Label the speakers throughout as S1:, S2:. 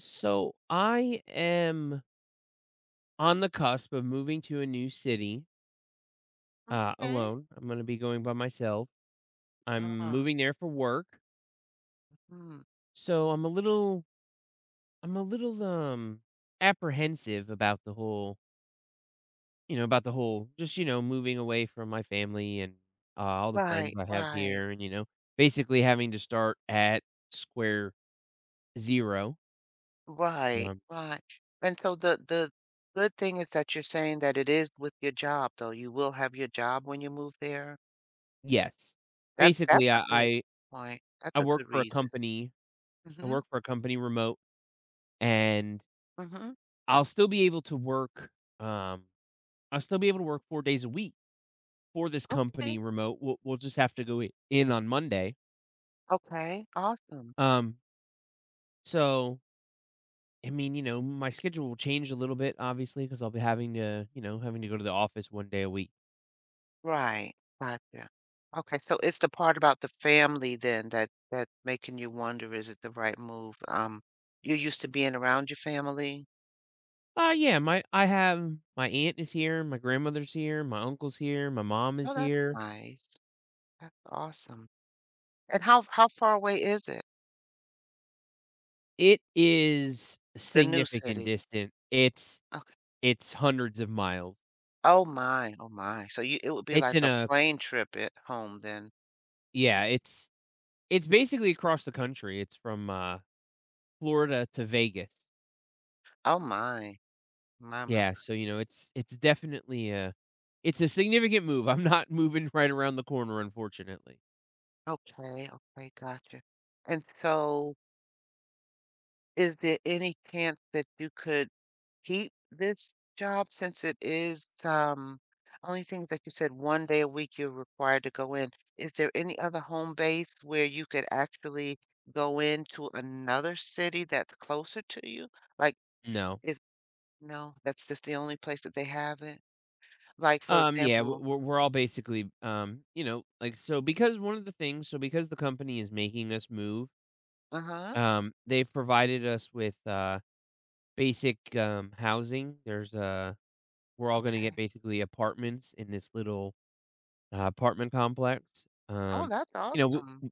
S1: So I am on the cusp of moving to a new city
S2: Okay.
S1: alone. I'm going to be going by myself. I'm
S2: Ah,
S1: moving there for work,
S2: mhm.
S1: so I'm a little apprehensive about the whole, about the whole, just moving away from my family and all the friends
S2: Right,
S1: I have
S2: right,
S1: here, and basically having to start at square zero.
S2: right,
S1: Um,
S2: right. And so the good thing is that you're saying that it is with your job, though. You will have your job when you move there.
S1: yes,
S2: That's
S1: basically,
S2: a
S1: I,
S2: good
S1: I
S2: point. That's
S1: I
S2: a
S1: work
S2: good
S1: for a
S2: reason.
S1: company. I
S2: Mm-hmm.
S1: work for a company remote. And
S2: Mm-hmm.
S1: I'll still be able to work, um, I'll still be able to work 4 days a week for this company
S2: Okay.
S1: remote. We'll just have to go I in on Monday.
S2: Okay. Awesome.
S1: Um, so, I mean, you know, my schedule will change a little bit, obviously, because 'cause I'll be having to, having to go to the office 1 day a week.
S2: Right. Gotcha. Okay. So it's the part about the family then that's making you wonder, is it the right move? You're used to being around your family.
S1: Yeah, my I have my aunt is here, my grandmother's here, my uncle's here, my mom is
S2: Oh, that's
S1: here.
S2: nice. That's awesome. And how far away is it?
S1: It is
S2: The new
S1: significant
S2: city?
S1: distance. It's
S2: Okay.
S1: it's hundreds of miles.
S2: Oh my, oh my. So you it would be
S1: It's
S2: like
S1: in
S2: a
S1: a
S2: plane trip at home then.
S1: yeah, it's basically across the country. It's from, Florida to Vegas.
S2: Oh my. My, my.
S1: Yeah,
S2: My.
S1: so, you know, it's definitely a it's a significant move. I'm not moving right around the corner, unfortunately.
S2: Okay, okay, gotcha. And so is there any chance that you could keep this job since it is, only thing that you said 1 day a week you're required to go in? Is there any other home base where you could actually go into another city that's closer to you? Like,
S1: No.
S2: if no, that's just the only place that they have it? Like, for
S1: Yeah, w
S2: example
S1: we're all basically, you know, like, so because one of the things so because the company is making us move,
S2: uh-huh,
S1: they've provided us with, basic, housing. We're all gonna get
S2: okay.
S1: basically apartments in this little, apartment complex.
S2: Oh,
S1: Um,
S2: that's
S1: you know,
S2: awesome.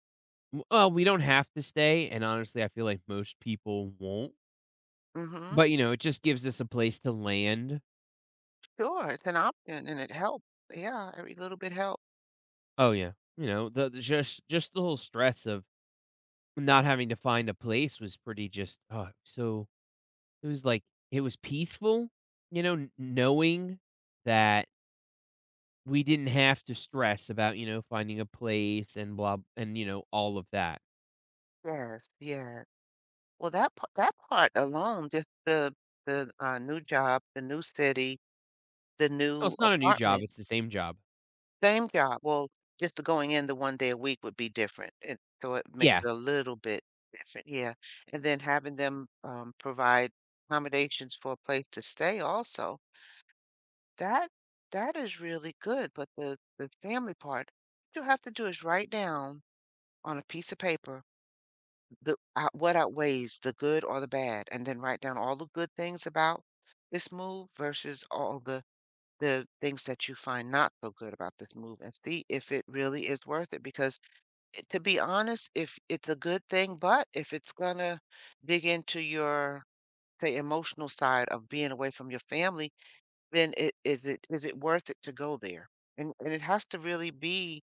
S1: W well, we don't have to stay, and honestly, I feel like most people won't,
S2: Mhm.
S1: but, you know, it just gives us a place to land.
S2: Sure, it's an option and it helps. Yeah, every little bit helps.
S1: Oh, yeah. You know, the just the whole stress of not having to find a place was pretty just oh, so it was like it was peaceful, you know, kn knowing that we didn't have to stress about, you know, finding a place and blah and, you know, all of that.
S2: Yes, yes. Well, that part alone, just the new job, the new city, the
S1: Oh,
S2: new
S1: it's not a new job,
S2: apartment,
S1: it's the same job.
S2: same job. Well, just the going in the 1 day a week would be different, and so it makes
S1: Yeah.
S2: it a little bit different, yeah, and then having them, provide accommodations for a place to stay also, that that is really good, but the family part, what you have to do is write down on a piece of paper. The out What outweighs the good or the bad, and then write down all the good things about this move versus all the things that you find not so good about this move and see if it really is worth it because to be honest, if it's a good thing, but if it's gonna dig into your, say, emotional side of being away from your family, then it is it is it worth it to go there? And it has to really be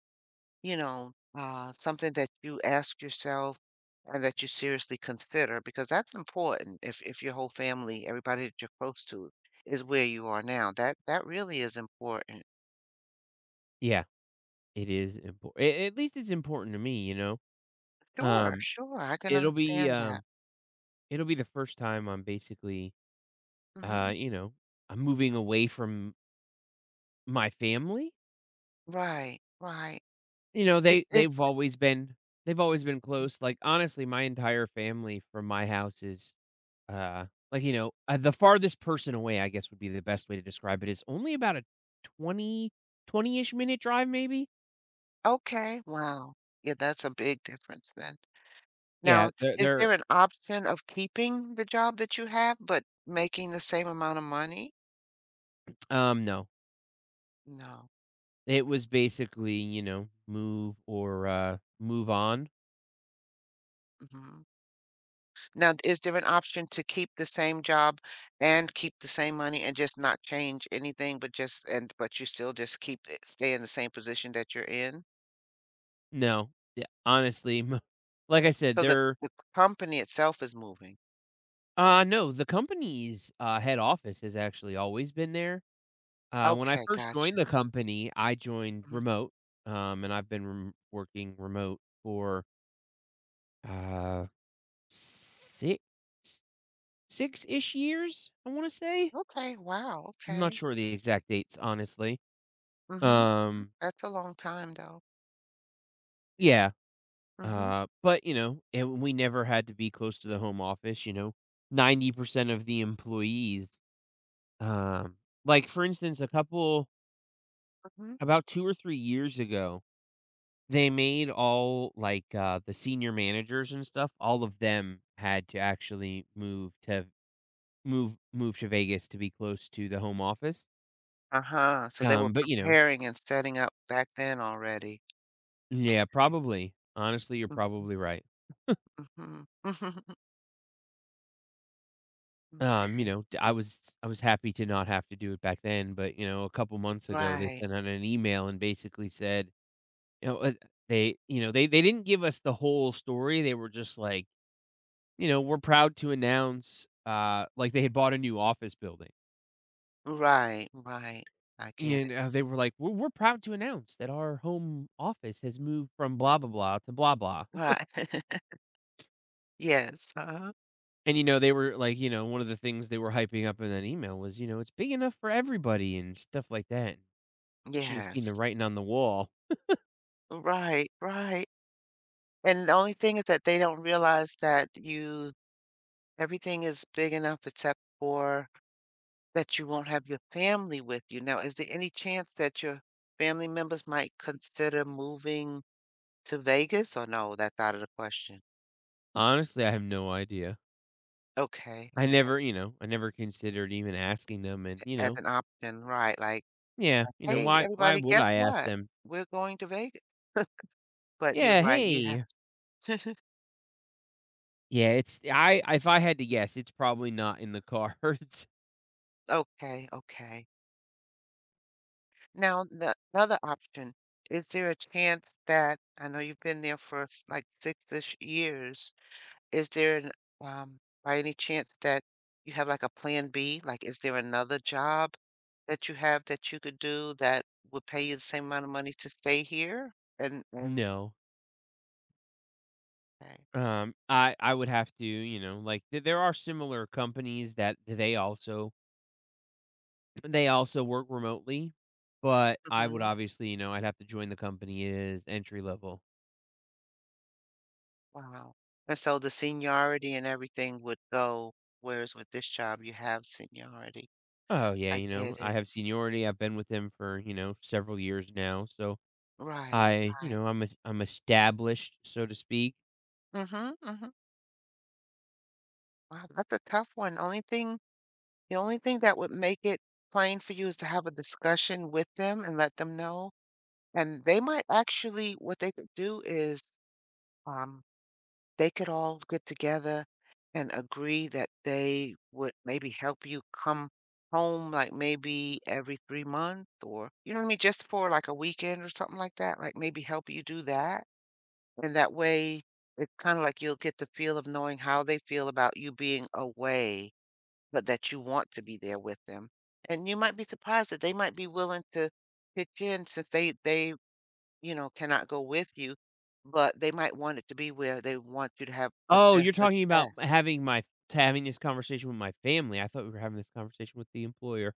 S2: something that you ask yourself and that you seriously consider because that's important if your whole family, everybody that you're close to is where you are now. That really is important.
S1: Yeah. It is important. At least it's important to me, you know?
S2: Sure,
S1: Um
S2: sure. I can
S1: It'll be,
S2: understand that.
S1: um, it'll be the first time I'm basically,
S2: Hmm.
S1: you know, I'm moving away from my family.
S2: Right, right.
S1: You know,
S2: Is
S1: they've always been close. Like, honestly, my entire family from my house is, uh, like, you know, the farthest person away, I guess, would be the best way to describe it, is only about a 20 20-ish minute drive, maybe?
S2: Okay. Wow. Yeah, that's a big difference then.
S1: Yeah,
S2: Now, is
S1: they're
S2: there an option of keeping the job that you have but making the same amount of money?
S1: no.
S2: No.
S1: It was basically, you know, move or, move on.
S2: Mm-hmm. Now, is there an option to keep the same job and keep the same money and just not change anything, but just and but you still just keep it stay in the same position that you're in?
S1: No. Yeah, honestly, m like I said,
S2: So the
S1: they're
S2: the company itself is moving.
S1: no, the company's, head office has actually always been there. When I
S2: Okay,
S1: first
S2: gotcha.
S1: joined the company, I joined
S2: Mhm.
S1: remote, and I've been rem working remote for, uh, 6 6-ish years, I wanna say?
S2: Okay, wow,
S1: I'm not
S2: okay.
S1: sure the exact dates, honestly.
S2: Mm-hmm.
S1: Um,
S2: That's a long time though.
S1: yeah,
S2: Mm-hmm,
S1: but, you know, and we never had to be close to the home office, you know? 90% of the employees. Um, like, for instance, a couple
S2: hmm
S1: about 2 or 3 years ago, they made all, like, the senior managers and stuff, all of them had to actually move to Vegas to be close to the home office.
S2: Uh-huh. So they were
S1: But, you know
S2: preparing and setting up back then already.
S1: Yeah,
S2: Okay.
S1: probably. Honestly, you're
S2: Mm-hmm,
S1: probably right.
S2: hmm
S1: You
S2: Okay.
S1: know, d I was happy to not have to do it back then, but, you know, a couple months ago, they
S2: Right,
S1: sent out an email and basically said, you know, they didn't give us the whole story, they were just like you know, we're proud to announce, like they had bought a new office building.
S2: right, right. I get
S1: And
S2: it.
S1: they were like, we're proud to announce that our home office has moved from blah, blah, blah to blah, blah.
S2: Right. Yes, uh-huh.
S1: And, you know, they were like, you know, one of the things they were hyping up in that email was, you know, it's big enough for everybody and stuff like that. Should have seen the
S2: Yes.
S1: writing on the wall.
S2: Right, right, and the only thing is that they don't realize that you everything is big enough except for that you won't have your family with you. Now, is there any chance that your family members might consider moving to Vegas, or no, that's out of the question?
S1: Honestly, I have no idea.
S2: Okay,
S1: I never, you know, I never considered even asking them. And, you
S2: as
S1: know,
S2: an option, right, like,
S1: yeah, you know,
S2: "Hey,
S1: why
S2: everybody,
S1: would
S2: guess
S1: I ask
S2: what?
S1: them?
S2: We're going to Vegas." But you're
S1: Yeah,
S2: right, you have
S1: hey, Yeah, it's I if I had to guess, it's probably not in the cards.
S2: okay, okay. Now, the other option, is there a chance that I know you've been there for like six-ish years. Is there by any chance that you have like a plan B? Like, is there another job that you have that you could do that would pay you the same amount of money to stay here? And
S1: No.
S2: okay.
S1: I would have to, you know, like there are similar companies that they also work remotely, but I would
S2: Mhm.
S1: obviously, you know, I'd have to join the company as entry level.
S2: Wow. And so the seniority and everything would go, whereas with this job you have seniority.
S1: Oh yeah,
S2: I
S1: you know,
S2: get
S1: I
S2: it.
S1: have seniority. I've been with them for, you know, several years now. So
S2: Right.
S1: I, you
S2: Right.
S1: know, I'm established, so to speak.
S2: Mhm. Mhm. Wow, that's a tough one. Only thing the only thing that would make it plain for you is to have a discussion with them and let them know. And they might actually what they could do is um, they could all get together and agree that they would maybe help you come home like maybe every 3 months or you know what I mean, just for like a weekend or something like that. Like maybe help you do that. And that way it's kind of like you'll get the feel of knowing how they feel about you being away but that you want to be there with them. And you might be surprised that they might be willing to pitch in since they, cannot go with you, but they might want it to be where they want you to have the
S1: Oh, you're
S2: best
S1: talking about
S2: success.
S1: having my to having this conversation with my family. I thought we were having this conversation with the employer.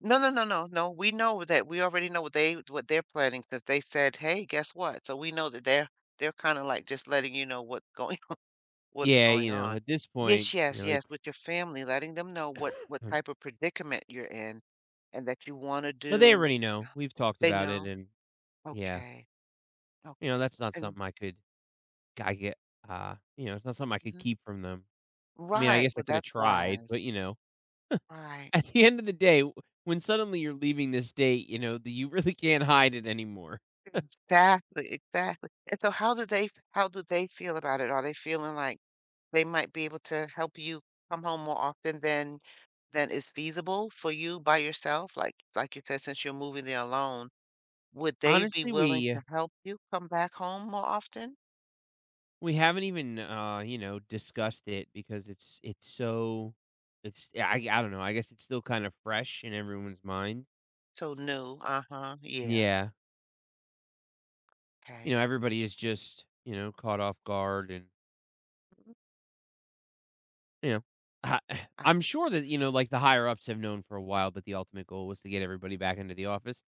S2: No, no, no, no, no. We know that we already know what they what they're planning because they said, "Hey, guess what?" So we know that they're kind of like just letting you know what's going what's
S1: Yeah,
S2: going
S1: you know,
S2: on.
S1: at this point,
S2: Yes,
S1: you
S2: yes,
S1: know,
S2: yes,
S1: it's
S2: with your family, letting them know what type of predicament you're in and that you want to
S1: well, they
S2: do.
S1: already know. We've talked
S2: They
S1: about it,
S2: know.
S1: and yeah,
S2: Okay.
S1: you
S2: Okay,
S1: know, that's not
S2: and
S1: something I could I get. You know, it's not something I could
S2: mhm.
S1: keep from them. I mean, I
S2: Right,
S1: guess I
S2: well,
S1: could have
S2: that's
S1: tried, but
S2: wise.
S1: you know,
S2: Right.
S1: at the end of the day, when suddenly you're leaving this date, you know, that you really can't hide it anymore.
S2: Exactly, exactly, and so how do they feel about it? Are they feeling like they might be able to help you come home more often than is feasible for you by yourself? Like you said, since you're moving there alone, would they be
S1: Honestly,
S2: willing to help you come back home more often?
S1: we haven't even, you know, discussed it because it's so it's yeah, I don't know, I guess it's still kind of fresh in everyone's mind.
S2: So, no. Uh-huh. Yeah,
S1: Yeah. You
S2: okay.
S1: know, everybody is just, you know, caught off guard and, you know, I
S2: Uh,
S1: I'm sure that, you know, like, the higher ups have known for a while that the ultimate goal was to get everybody back into the office,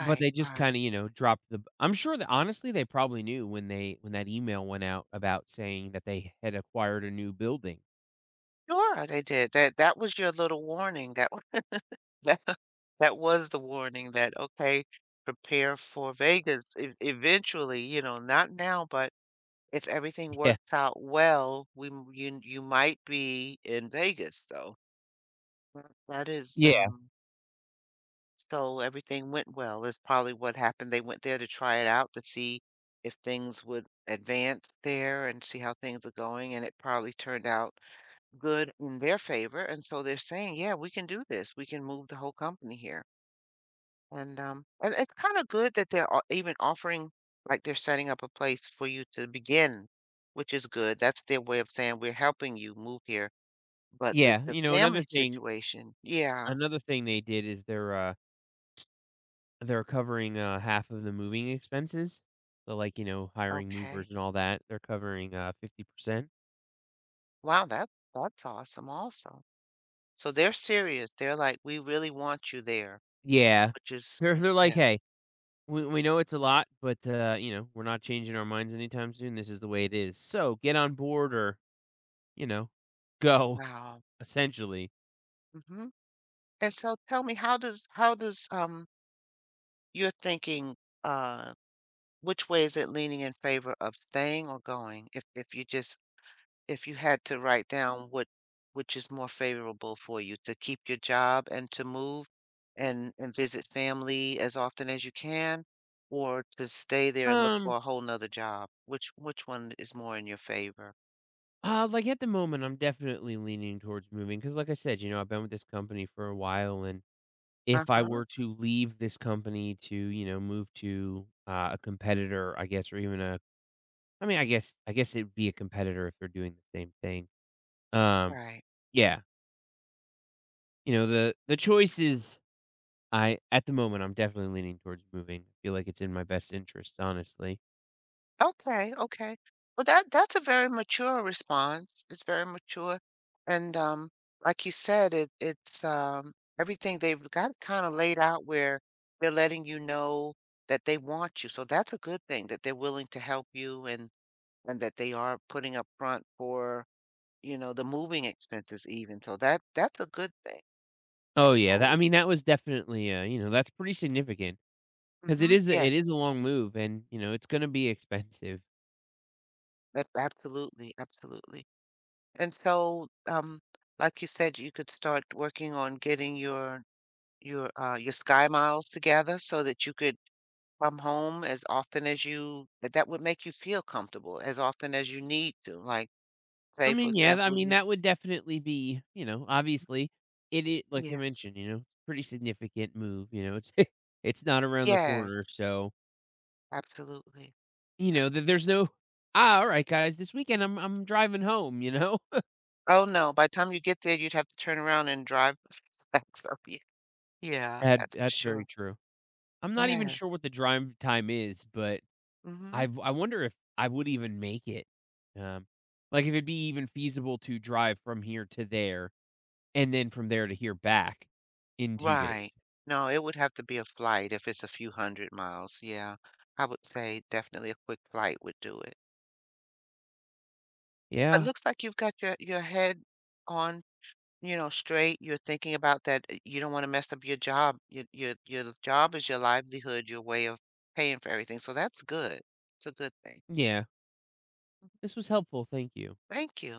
S1: but they just
S2: right.
S1: kinda, you know, dropped the b I'm sure that honestly, they probably knew when they when that email went out about saying that they had acquired a new building.
S2: Sure, they did. That was your little warning. That wa that that was the warning that, okay, prepare for Vegas ev eventually, you know, not now, but if everything
S1: Yeah.
S2: works out well, we m you you might be in Vegas, so that is,
S1: Yeah.
S2: um So everything went well is probably what happened. They went there to try it out to see if things would advance there and see how things are going, and it probably turned out good in their favor. And so they're saying, yeah, we can do this. We can move the whole company here. And it's kind of good that they're even offering, like they're setting up a place for you to begin, which is good. That's their way of saying we're helping you move here. But the,
S1: Yeah.
S2: the
S1: You know,
S2: family situation, yeah,
S1: another thing they did is they're covering, half of the moving expenses. So, like, you know, hiring movers
S2: okay.
S1: and all that, they're covering, 50%.
S2: Wow, that's awesome also. So they're serious. They're like, we really want you there,
S1: Yeah.
S2: which is,
S1: They're like,
S2: yeah,
S1: "Hey, we know it's a lot, but, you know, we're not changing our minds anytime soon. This is the way it is. So, get on board or, you know, go,"
S2: wow.
S1: essentially.
S2: Hmm. And so tell me, how does you're thinking, uh, which way is it leaning in favor of staying or going? If you just if you had to write down what which is more favorable for you, to keep your job and to move and visit family as often as you can, or to stay there and look
S1: Um,
S2: for a whole nother job? Which one is more in your favor?
S1: like, at the moment, I'm definitely leaning towards moving because, like I said, you know, I've been with this company for a while. And if I
S2: Uh-huh,
S1: were to leave this company to, you know, move to, a competitor, I guess, or even a I mean, I guess it'd be a competitor if they're doing the same thing. Um,
S2: right.
S1: yeah, you know, the choice is I at the moment, I'm definitely leaning towards moving. I feel like it's in my best interest, honestly.
S2: Okay, okay. Well, that's a very mature response. It's very mature, and like you said, it's everything they've got kind of laid out where they're letting you know that they want you. So that's a good thing that they're willing to help you and that they are putting up front for, you know, the moving expenses even. So that's a good thing.
S1: Oh, yeah, that I
S2: Oh,
S1: mean, that was definitely, you know, that's pretty significant because
S2: hmm yeah,
S1: it is a long move and, you know, it's gonna be expensive.
S2: that, absolutely, absolutely. And so, like you said, you could start working on getting your sky miles together so that you could come home as often as you that would make you feel comfortable as often as you need to. Like,
S1: I
S2: say, for
S1: mean, yeah, I
S2: example,
S1: mean,
S2: you
S1: that would definitely be, you know, obviously it like I
S2: Yeah.
S1: mentioned, you know, pretty significant move, you know, it's it's not around the
S2: Yes,
S1: corner, so,
S2: absolutely.
S1: you
S2: A
S1: know, that there's no, "Ah, alright, guys, this weekend I'm driving home," you know?
S2: Oh, no, by the time you get there, you'd have to turn around and drive back up. Ye yeah,
S1: That
S2: that's for
S1: that's very
S2: sure.
S1: true. I'm not even
S2: Yes,
S1: sure what the drive time is, but
S2: mhm.
S1: I wonder if I would even make it, um, like, if it'd be even feasible to drive from here to there, and then from there to here back in 2 days.
S2: Right. No, it would have to be a flight if it's a few hundred miles, yeah. I would say definitely a quick flight would do it. But
S1: Yeah,
S2: looks like you've got your head on straight. You're thinking about that. You don't want to mess up your job. Your job is your livelihood, your way of paying for everything. So that's good. It's a good thing.
S1: yeah. This was helpful. Thank you.
S2: Thank you.